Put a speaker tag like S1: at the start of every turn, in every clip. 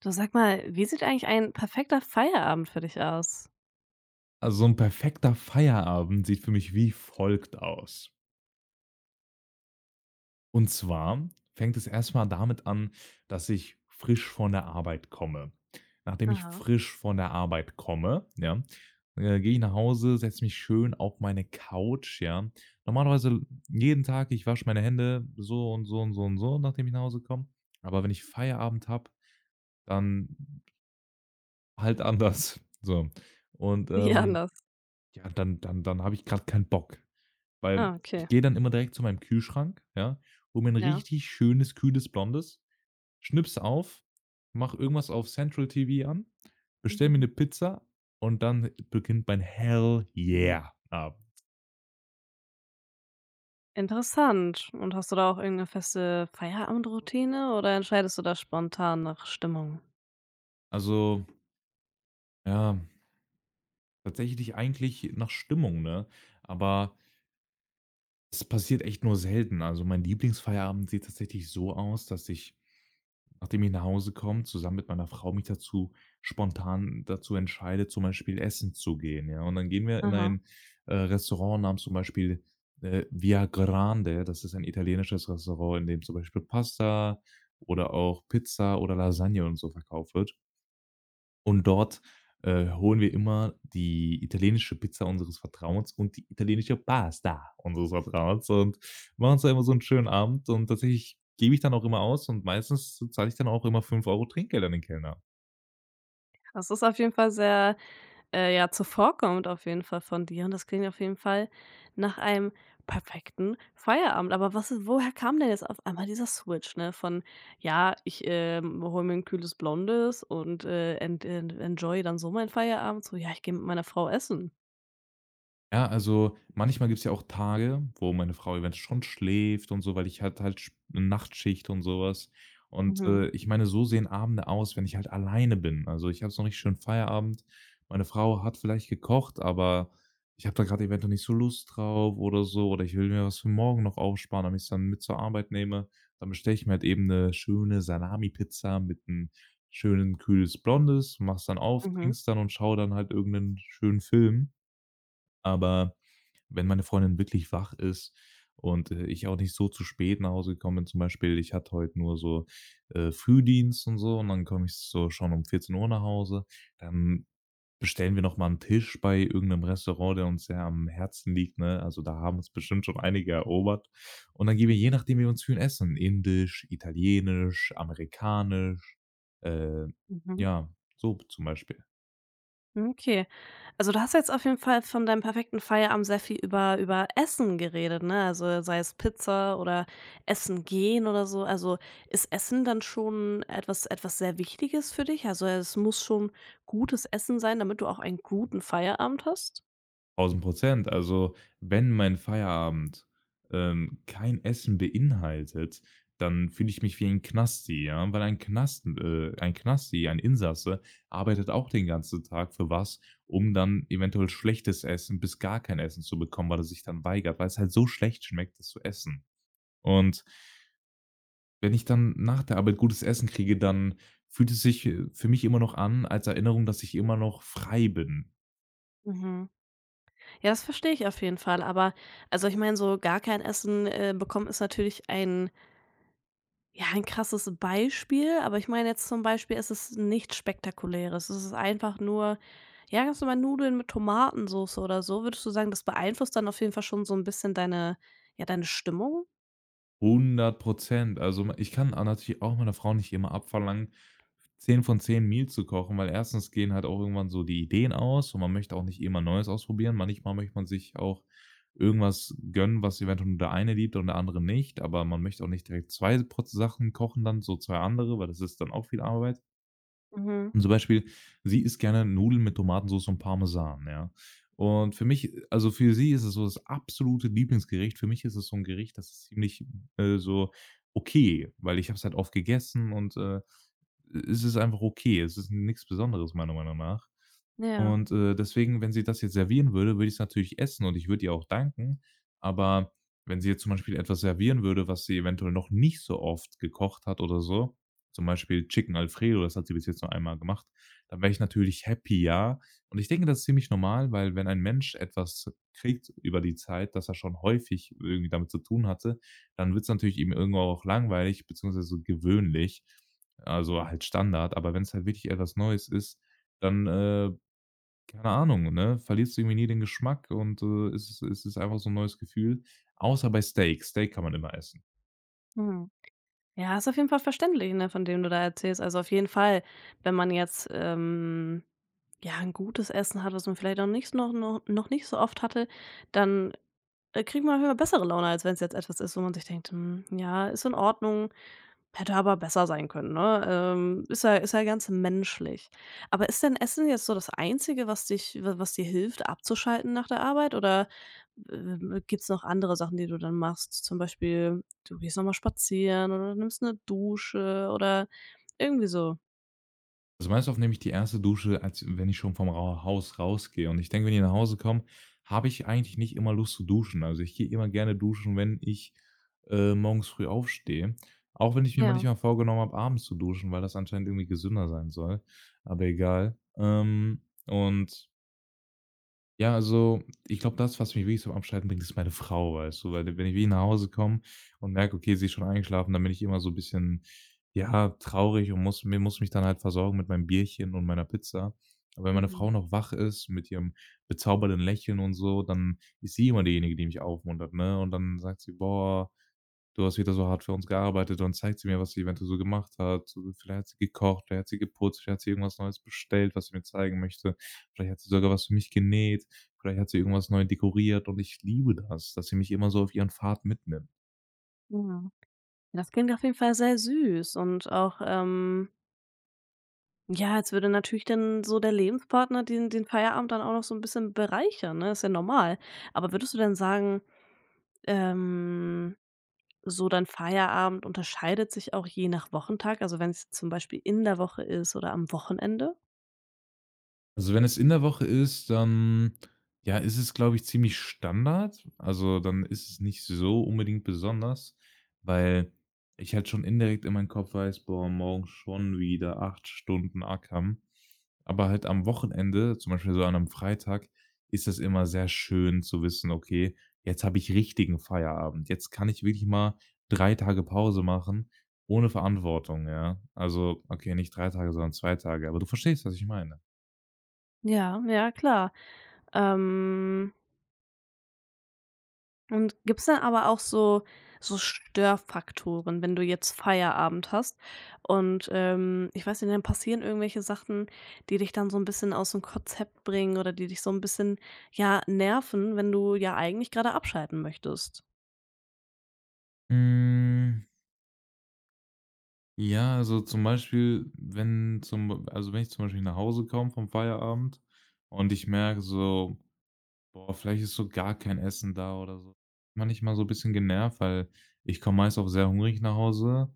S1: Du, sag mal, wie sieht eigentlich ein perfekter Feierabend für dich aus?
S2: Also so 'n perfekter Feierabend sieht für mich wie folgt aus. Und zwar fängt es erst mal damit an, dass ich frisch von der Arbeit komme. Nachdem ich
S1: Aha.
S2: frisch von der Arbeit komme, ja, gehe ich nach Hause, setze mich schön auf meine Couch, ja. Normalerweise jeden Tag, ich wasche meine Hände so und so und so und so, nachdem ich nach Hause komme. Aber wenn ich Feierabend habe, dann halt anders, so. Und,
S1: Wie
S2: ähm,
S1: anders?
S2: Ja, dann habe ich grad keinen Bock, weil
S1: Ah,
S2: ich
S1: okay.
S2: gehe dann immer direkt zu meinem Kühlschrank, ja, hole mir 'n
S1: Ja.
S2: richtig schönes, kühles Blondes, schnipp's auf, mache irgendwas auf Central TV an, bestelle mir
S1: Mhm.
S2: 'ne Pizza und dann beginnt mein Hell yeah Abend.
S1: Interessant. Und hast du da auch irgendeine feste Feierabendroutine oder entscheidest du da spontan nach Stimmung?
S2: Also, ja, tatsächlich eigentlich nach Stimmung, ne? Aber es passiert echt nur selten. Also, mein Lieblingsfeierabend sieht tatsächlich so aus, dass ich, nachdem ich nach Hause komme, zusammen mit meiner Frau mich dazu spontan dazu entscheide, zum Beispiel essen zu gehen, ja? Und dann gehen wir in
S1: Aha.
S2: ein, Restaurant namens zum Beispiel, Via Grande. Das ist ein italienisches Restaurant, in dem zum Beispiel Pasta oder auch Pizza oder Lasagne und so verkauft wird. Und dort, holen wir immer die italienische Pizza unseres Vertrauens und die italienische Pasta unseres Vertrauens und machen uns da immer so 'n schönen Abend und tatsächlich gebe ich dann auch immer aus und meistens zahle ich dann auch immer 5 Euro Trinkgeld an den Kellner.
S1: Das ist auf jeden Fall sehr, ja, zuvorkommend auf jeden Fall von dir und das klingt auf jeden Fall nach einem perfekten Feierabend. Aber was woher kam denn jetzt auf einmal dieser Switch, ne, von: „Ja, ich, hole mir ein kühles Blondes und, ent ent enjoy dann so meinen Feierabend", so „Ja, ich gehe mit meiner Frau essen"?
S2: Ja, also manchmal gibt's ja auch Tage, wo meine Frau eventuell schon schläft und so, weil ich halt halt sch Nachtschicht und sowas. Und,
S1: Mhm,
S2: ich meine, so sehen Abende aus, wenn ich halt alleine bin. Also, ich habe so 'n richtig schönen Feierabend. Meine Frau hat vielleicht gekocht, aber ich habe da gerade eventuell nicht so Lust drauf oder so, oder ich will mir was für morgen noch aufsparen, damit ich's dann mit zur Arbeit nehme. Dann bestelle ich mir halt eben eine schöne Salami-Pizza mit einem schönen kühles Blondes, mach's dann auf,
S1: mhm,
S2: trink's dann und schau dann halt irgendeinen schönen Film. Aber wenn meine Freundin wirklich wach ist und, ich auch nicht so zu spät nach Hause gekommen bin zum Beispiel, ich hatte heute nur so, Frühdienst und so und dann komme ich so schon um 14 Uhr nach Hause. Dann bestellen wir noch mal 'n Tisch bei irgendeinem Restaurant, der uns sehr am Herzen liegt, ne? Also, da haben uns bestimmt schon einige erobert. Und dann gehen wir, je nachdem, wie wir uns fühlen, essen. Indisch, italienisch, amerikanisch, äh,
S1: mhm.
S2: ja, so zum Beispiel.
S1: Okay. Also, du hast jetzt auf jeden Fall von deinem perfekten Feierabend sehr viel über Essen geredet, ne? Also, sei es Pizza oder Essen gehen oder so. Also, ist Essen dann schon etwas sehr Wichtiges für dich? Also, es muss schon gutes Essen sein, damit du auch einen guten Feierabend hast?
S2: 1.000. Also, wenn mein Feierabend, kein Essen beinhaltet, dann fühle ich mich wie ein Knasti, ja? Weil ein Knasten ein Knasti, ein Insasse arbeitet auch den ganzen Tag für was, um dann eventuell schlechtes Essen bis gar kein Essen zu bekommen, weil er sich dann weigert, weil es halt so schlecht schmeckt, das zu essen. Und wenn ich dann nach der Arbeit gutes Essen kriege, dann fühlt es sich, für mich immer noch an als Erinnerung, dass ich immer noch frei bin.
S1: Mhm. Ja, das verstehe ich auf jeden Fall. Aber also, ich meine, so gar kein Essen, bekommen ist natürlich ein. Ja, ein krasses Beispiel, aber ich meine jetzt zum Beispiel, es ist nichts Spektakuläres. Es ist einfach nur, ja, ganz normal Nudeln mit Tomatensauce oder so. Würdest du sagen, das beeinflusst dann auf jeden Fall schon so ein bisschen deine Stimmung?
S2: 100. Also, ich kann a natürlich auch meiner Frau nicht immer abverlangen, 10 von 10 Meal zu kochen, weil erstens gehen halt auch irgendwann so die Ideen aus und man möchte auch nicht immer Neues ausprobieren. Manchmal möchte man sich auch irgendwas gönnen, was eventuell nur der eine liebt und der andere nicht, aber man möchte auch nicht direkt 2 pro Sachen kochen dann, so 2 andere, weil das ist dann auch viel Arbeit.
S1: Mhm.
S2: Und zum Beispiel, sie isst gerne Nudeln mit Tomatensoße und Parmesan, ja. Und für mich also, für sie ist es so das absolute Lieblingsgericht. Für mich ist es so ein Gericht, das ist ziemlich, so okay, weil ich habe es halt oft gegessen und ist es einfach okay. Es ist nichts Besonderes meiner Meinung nach.
S1: Ja.
S2: Und, deswegen, wenn sie das jetzt servieren würde, würde ich es natürlich essen und ich würde ihr auch danken. Aber wenn sie jetzt zum Beispiel etwas servieren würde, was sie eventuell noch nicht so oft gekocht hat oder so, zum Beispiel Chicken Alfredo, das hat sie bis jetzt nur einmal gemacht, dann wäre ich natürlich happy, ja. Und ich denke, das ist ziemlich normal, weil wenn ein Mensch etwas kriegt über die Zeit, dass er schon häufig irgendwie damit zu tun hatte, dann wird es natürlich ihm irgendwo auch langweilig beziehungsweise so gewöhnlich. Also halt Standard, aber wenn es halt wirklich etwas Neues ist, dann, keine Ahnung, ne, verlierst du irgendwie nie den Geschmack und es ist einfach so ein neues Gefühl. Außer bei Steak. Steak kann man immer essen.
S1: Mhm. Ja, ist auf jeden Fall verständlich, ne, von dem du da erzählst. Also auf jeden Fall, wenn man jetzt, ja, ein gutes Essen hat, was man vielleicht noch nicht so oft hatte, dann, kriegt man auf jeden Fall bessere Laune, als wenn es jetzt etwas ist, wo man sich denkt: „Hm, ja, ist in Ordnung, hätte aber besser sein können", ne? Ist ja ganz menschlich. Aber ist denn Essen jetzt so das Einzige, was dich wa was dir hilft, abzuschalten nach der Arbeit? Oder, gibt's noch andere Sachen, die du dann machst? Zum Beispiel, du gehst nochmal spazieren oder nimmst eine Dusche oder irgendwie so.
S2: Also, meist oft nehme ich die erste Dusche, als wenn ich schon vom Ra Haus rausgehe und ich denke, wenn ich nach Hause komme, habe ich eigentlich nicht immer Lust zu duschen. Also, ich gehe immer gerne duschen, wenn ich, morgens früh aufstehe. Auch wenn ich mir
S1: Ja.
S2: manchmal vorgenommen habe, abends zu duschen, weil das anscheinend irgendwie gesünder sein soll, aber egal. Und ja, also, ich glaube, das, was mich wirklich zum Abschalten bringt, ist meine Frau, weißt du? Weil wenn ich wie nach Hause komme und merke, okay, sie ist schon eingeschlafen, dann bin ich immer so ein bisschen, ja, traurig und muss mich dann halt versorgen mit meinem Bierchen und meiner Pizza. Aber wenn meine
S1: Mhm.
S2: Frau noch wach ist mit ihrem bezaubernden Lächeln und so, dann ist sie immer diejenige, die mich aufmuntert, ne? Und dann sagt sie: „Boah, du hast wieder so hart für uns gearbeitet.“ Dann zeigt sie mir, was sie eventuell so gemacht hat. So, vielleicht hat sie gekocht, vielleicht hat sie geputzt, vielleicht hat sie irgendwas Neues bestellt, was sie mir zeigen möchte. Vielleicht hat sie sogar was für mich genäht, vielleicht hat sie irgendwas neu dekoriert und ich liebe das, dass sie mich immer so auf ihren Pfad mitnimmt.
S1: Ja. Das klingt auf jeden Fall sehr süß und auch, ja, jetzt würde natürlich dann so der Lebenspartner den Feierabend dann auch noch so ein bisschen bereichern, ne? Ist ja normal. Aber würdest du denn sagen, ähm, so dein Feierabend unterscheidet sich auch je nach Wochentag? Also, wenn es zum Beispiel in der Woche ist oder am Wochenende?
S2: Also, wenn es in der Woche ist, dann, ja, ist es, glaube ich, ziemlich Standard. Also, dann ist es nicht so unbedingt besonders, weil ich halt schon indirekt in meinem Kopf weiß: „Boah, morgen schon wieder 8 Stunden Ackern.“ Aber halt am Wochenende, zum Beispiel so an einem Freitag, ist das immer sehr schön zu wissen: „Okay, jetzt habe ich richtigen Feierabend. Jetzt kann ich wirklich mal 3 Tage Pause machen ohne Verantwortung“, ja? Also, okay, nicht 3 Tage, sondern 2 Tage, aber du verstehst, was ich meine.
S1: Ja, ja, klar. Ähm Und gibt's dann aber auch so Störfaktoren, wenn du jetzt Feierabend hast und, ich weiß nicht, dann passieren irgendwelche Sachen, die dich dann so ein bisschen aus dem Konzept bringen oder die dich so ein bisschen, ja, nerven, wenn du ja eigentlich gerade abschalten möchtest?
S2: Hm, ja, also zum Beispiel, wenn zum also wenn ich zum Beispiel nach Hause komme vom Feierabend und ich merke so: „Boah, vielleicht ist so gar kein Essen da“ oder so. Manchmal so ein bisschen genervt, weil ich komme meist auch sehr hungrig nach Hause,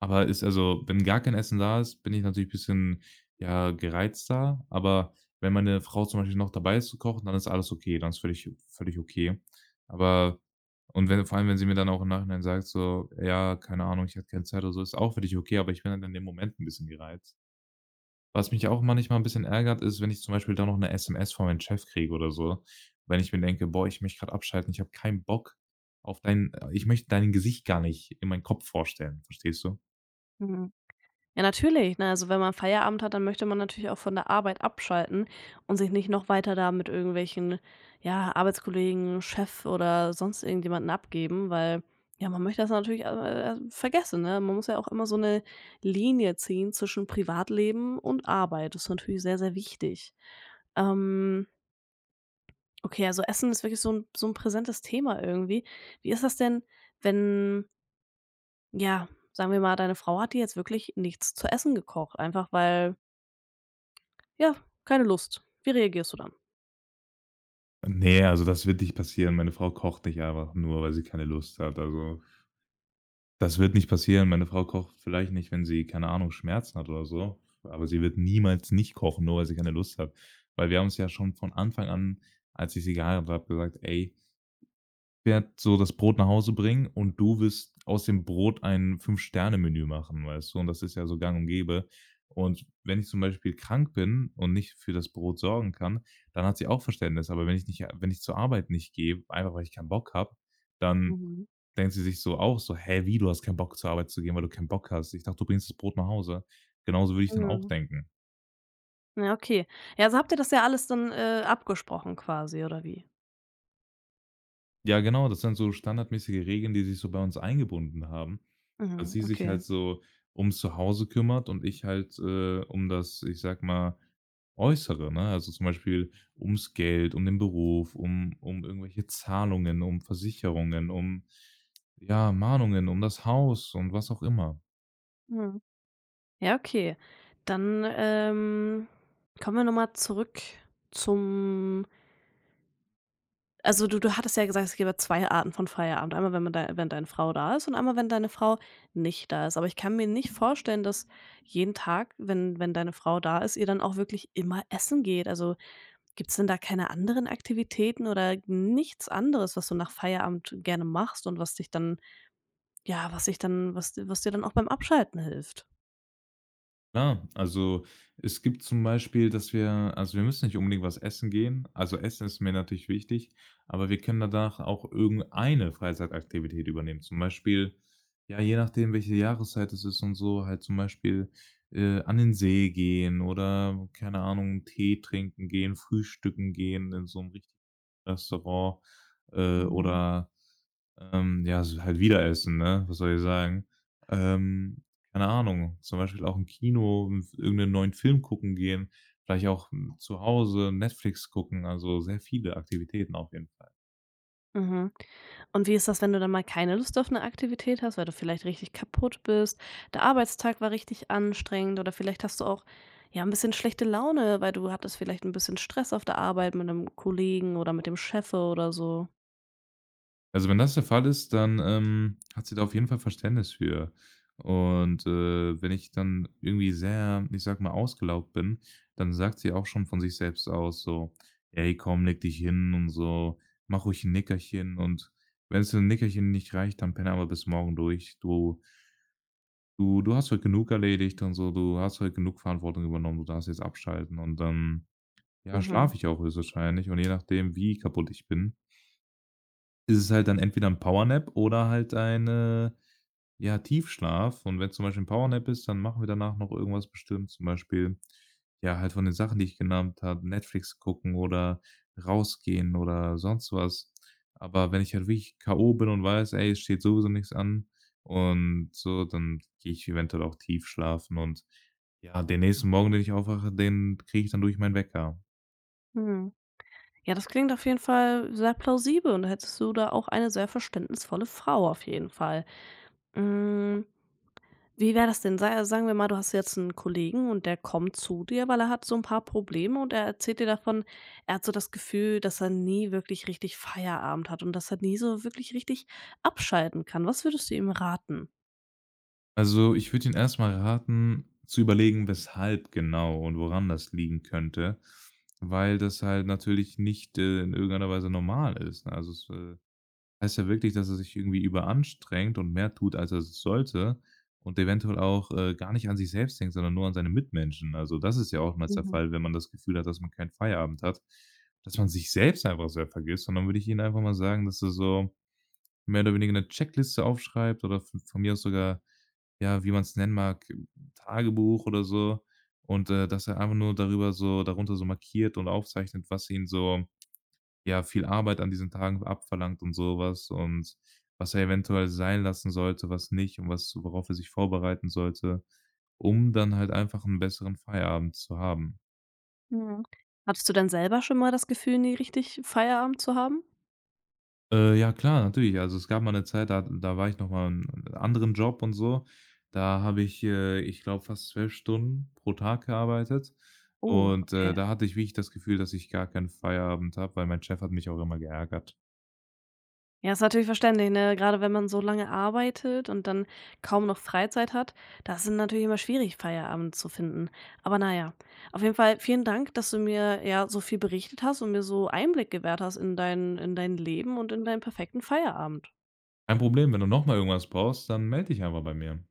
S2: aber wenn gar kein Essen da ist, bin ich natürlich ein bisschen, ja, gereizter, aber wenn meine Frau zum Beispiel noch dabei ist zu kochen, dann ist alles okay, dann ist völlig okay. Aber Und wenn vor allem, wenn sie mir dann auch im Nachhinein sagt so: „Ja, keine Ahnung, ich hatte keine Zeit“ oder so, ist auch völlig okay, aber ich bin halt in dem Moment ein bisschen gereizt. Was mich auch manchmal ein bisschen ärgert, ist, wenn ich zum Beispiel da noch 'ne SMS von meinem Chef kriege oder so, wenn ich mir denke: „Boah, ich möchte gerade abschalten, ich habe keinen Bock auf dein ich möchte dein Gesicht gar nicht in meinen Kopf vorstellen“, verstehst du?
S1: Ja, natürlich, ne? Also, wenn man Feierabend hat, dann möchte man natürlich auch von der Arbeit abschalten und sich nicht noch weiter da mit irgendwelchen, ja, Arbeitskollegen, Chef oder sonst irgendjemanden abgeben, weil, ja, man möchte das natürlich, vergessen, ne? Man muss ja auch immer so eine Linie ziehen zwischen Privatleben und Arbeit. Das ist natürlich sehr, sehr wichtig. Ähm, okay, also Essen ist wirklich so ein präsentes Thema irgendwie. Wie ist das denn, wenn ja, sagen wir mal, deine Frau hat dir jetzt wirklich nichts zu essen gekocht, einfach weil. Ja, keine Lust. Wie reagierst du dann?
S2: Nee, also das wird nicht passieren. Meine Frau kocht nicht einfach nur, weil sie keine Lust hat. Also das wird nicht passieren. Meine Frau kocht vielleicht nicht, wenn sie, keine Ahnung, Schmerzen hat oder so, aber sie wird niemals nicht kochen, nur weil sie keine Lust hat. Weil wir haben uns ja schon von Anfang an, als ich sie geheiratet habe, gesagt: „Ey, ich werde so das Brot nach Hause bringen und du wirst aus dem Brot ein Fünf-Sterne-Menü machen“, weißt du? Und das ist ja so gang und gäbe. Und wenn ich zum Beispiel krank bin und nicht für das Brot sorgen kann, dann hat sie auch Verständnis. Aber wenn ich zur Arbeit nicht gehe, einfach weil ich keinen Bock habe, dann
S1: Mhm.
S2: denkt sie sich so auch so: „Hä, wie, du hast keinen Bock, zur Arbeit zu gehen, weil du keinen Bock hast? Ich dachte, du bringst das Brot nach Hause.“ Genauso würde ich dann auch
S1: Mhm.
S2: denken.
S1: Ja, okay. Ja, also, habt ihr das ja alles dann, abgesprochen quasi oder wie?
S2: Ja, genau, das sind so standardmäßige Regeln, die sich so bei uns eingebunden haben, dass
S1: Mhm,
S2: sie sich
S1: okay.
S2: halt so ums Zuhause kümmert und ich halt, um das, ich sag mal, Äußere, ne? Also, zum Beispiel ums Geld, um den Beruf, um irgendwelche Zahlungen, um Versicherungen, um, ja, Mahnungen, um das Haus und was auch immer.
S1: Mhm. Ja, okay. Dann, kommen wir noch mal zurück zum also, du hattest ja gesagt, es gäbe 2 Arten von Feierabend. Einmal, wenn deine Frau da ist und einmal, wenn deine Frau nicht da ist. Aber ich kann mir nicht vorstellen, dass jeden Tag, wenn deine Frau da ist, ihr dann auch wirklich immer essen geht. Also, gibt's denn da keine anderen Aktivitäten oder nichts anderes, was du nach Feierabend gerne machst und was dich dann ja, was dich dann was was dir dann auch beim Abschalten hilft?
S2: Klar, also es gibt zum Beispiel, dass wir also wir müssen nicht unbedingt was essen gehen. Also Essen ist mir natürlich wichtig, aber wir können danach auch irgendeine Freizeitaktivität übernehmen. Zum Beispiel, ja, je nachdem, welche Jahreszeit es ist und so, halt zum Beispiel, an den See gehen oder, keine Ahnung, Tee trinken gehen, frühstücken gehen in so einem richtigen Restaurant, oder ja, s halt wieder essen, ne? Was soll ich sagen? Ähm, Keine Ahnung, zum Beispiel auch im Kino, irgend neuen Film gucken gehen, vielleicht auch, zu Hause Netflix gucken, also sehr viele Aktivitäten auf jeden Fall.
S1: Mhm. Und wie ist das, wenn du dann mal keine Lust auf eine Aktivität hast, weil du vielleicht richtig kaputt bist, der Arbeitstag war richtig anstrengend oder vielleicht hast du auch, ja, ein bisschen schlechte Laune, weil du hattest vielleicht ein bisschen Stress auf der Arbeit mit 'nem Kollegen oder mit dem Chef oder so?
S2: Also, wenn das der Fall ist, dann, hat sie da auf jeden Fall Verständnis für. Und, wenn ich dann irgendwie sehr, ich sage mal, ausgelaugt bin, dann sagt sie auch schon von sich selbst aus so: „Ey, komm, leg dich hin und so, mach ruhig ein Nickerchen und wenn's für ein Nickerchen nicht reicht, dann penne aber bis morgen durch. Du hast heute genug erledigt und so, du hast heute genug Verantwortung übernommen, du darfst jetzt abschalten.“ Und dann, ja,
S1: Mhm.
S2: schlafe ich auch höchstwahrscheinlich und je nachdem, wie kaputt ich bin, ist es halt dann entweder ein Powernap oder halt ein, ja, Tiefschlaf. Und wenn zum Beispiel ein Powernap ist, dann machen wir danach noch irgendwas bestimmt, zum Beispiel, ja, halt von den Sachen, die ich genannt habe, Netflix gucken oder rausgehen oder sonst was. Aber wenn ich halt wirklich K.O. bin und weiß: „Ey, es steht sowieso nichts an“ und so, dann gehe ich eventuell auch tief schlafen und ja, den nächsten Morgen, den ich aufwache, den kriege ich dann durch meinen Wecker.
S1: Mhm. Ja, das klingt auf jeden Fall sehr plausibel und hättest du da auch eine sehr verständnisvolle Frau auf jeden Fall. Hm, wie wäre das denn? Sei Sagen wir mal, du hast jetzt einen Kollegen und der kommt zu dir, weil er hat so ein paar Probleme und er erzählt dir davon, er hat so das Gefühl, dass er nie wirklich richtig Feierabend hat und dass er nie so wirklich richtig abschalten kann. Was würdest du ihm raten?
S2: Also, ich würde Ihnen erst mal raten, zu überlegen, weshalb genau und woran das liegen könnte, weil das halt natürlich nicht, in irgendeiner Weise normal ist, ne? Also, es, heißt ja wirklich, dass er sich irgendwie überanstrengt und mehr tut, als er sollte und eventuell auch, gar nicht an sich selbst denkt, sondern nur an seine Mitmenschen. Also, das ist ja oftmals der
S1: Mhm,
S2: Fall, wenn man das Gefühl hat, dass man keinen Feierabend hat, dass man sich selbst einfach sehr vergisst und dann würde ich Ihnen einfach mal sagen, dass er so mehr oder weniger eine Checkliste aufschreibt oder v von mir aus sogar, ja, wie man es nennen mag, Tagebuch oder so und dass er einfach nur darüber so darunter so markiert und aufzeichnet, was ihn so ja, viel Arbeit an diesen Tagen abverlangt und sowas und was er eventuell sein lassen sollte, was nicht und was worauf er sich vorbereiten sollte, um dann halt einfach einen besseren Feierabend zu haben.
S1: mhm. Hattest du denn selber schon mal das Gefühl, nie richtig Feierabend zu haben?
S2: Ja klar, natürlich. Also, es gab mal eine Zeit, da war ich noch mal in anderen Job und so. Da habe ich, ich glaube, fast 12 Stunden pro Tag gearbeitet
S1: Oh,
S2: und,
S1: okay.
S2: da hatte ich wirklich das Gefühl, dass ich gar keinen Feierabend habe, weil mein Chef hat mich auch immer geärgert.
S1: Ja, ist natürlich verständlich, ne? Gerade wenn man so lange arbeitet und dann kaum noch Freizeit hat, das ist natürlich immer schwierig, Feierabend zu finden. Aber naja, auf jeden Fall vielen Dank, dass du mir ja so viel berichtet hast und mir so Einblick gewährt hast in dein Leben und in deinen perfekten Feierabend.
S2: Kein Problem, wenn du noch mal irgendwas brauchst, dann melde dich einfach bei mir.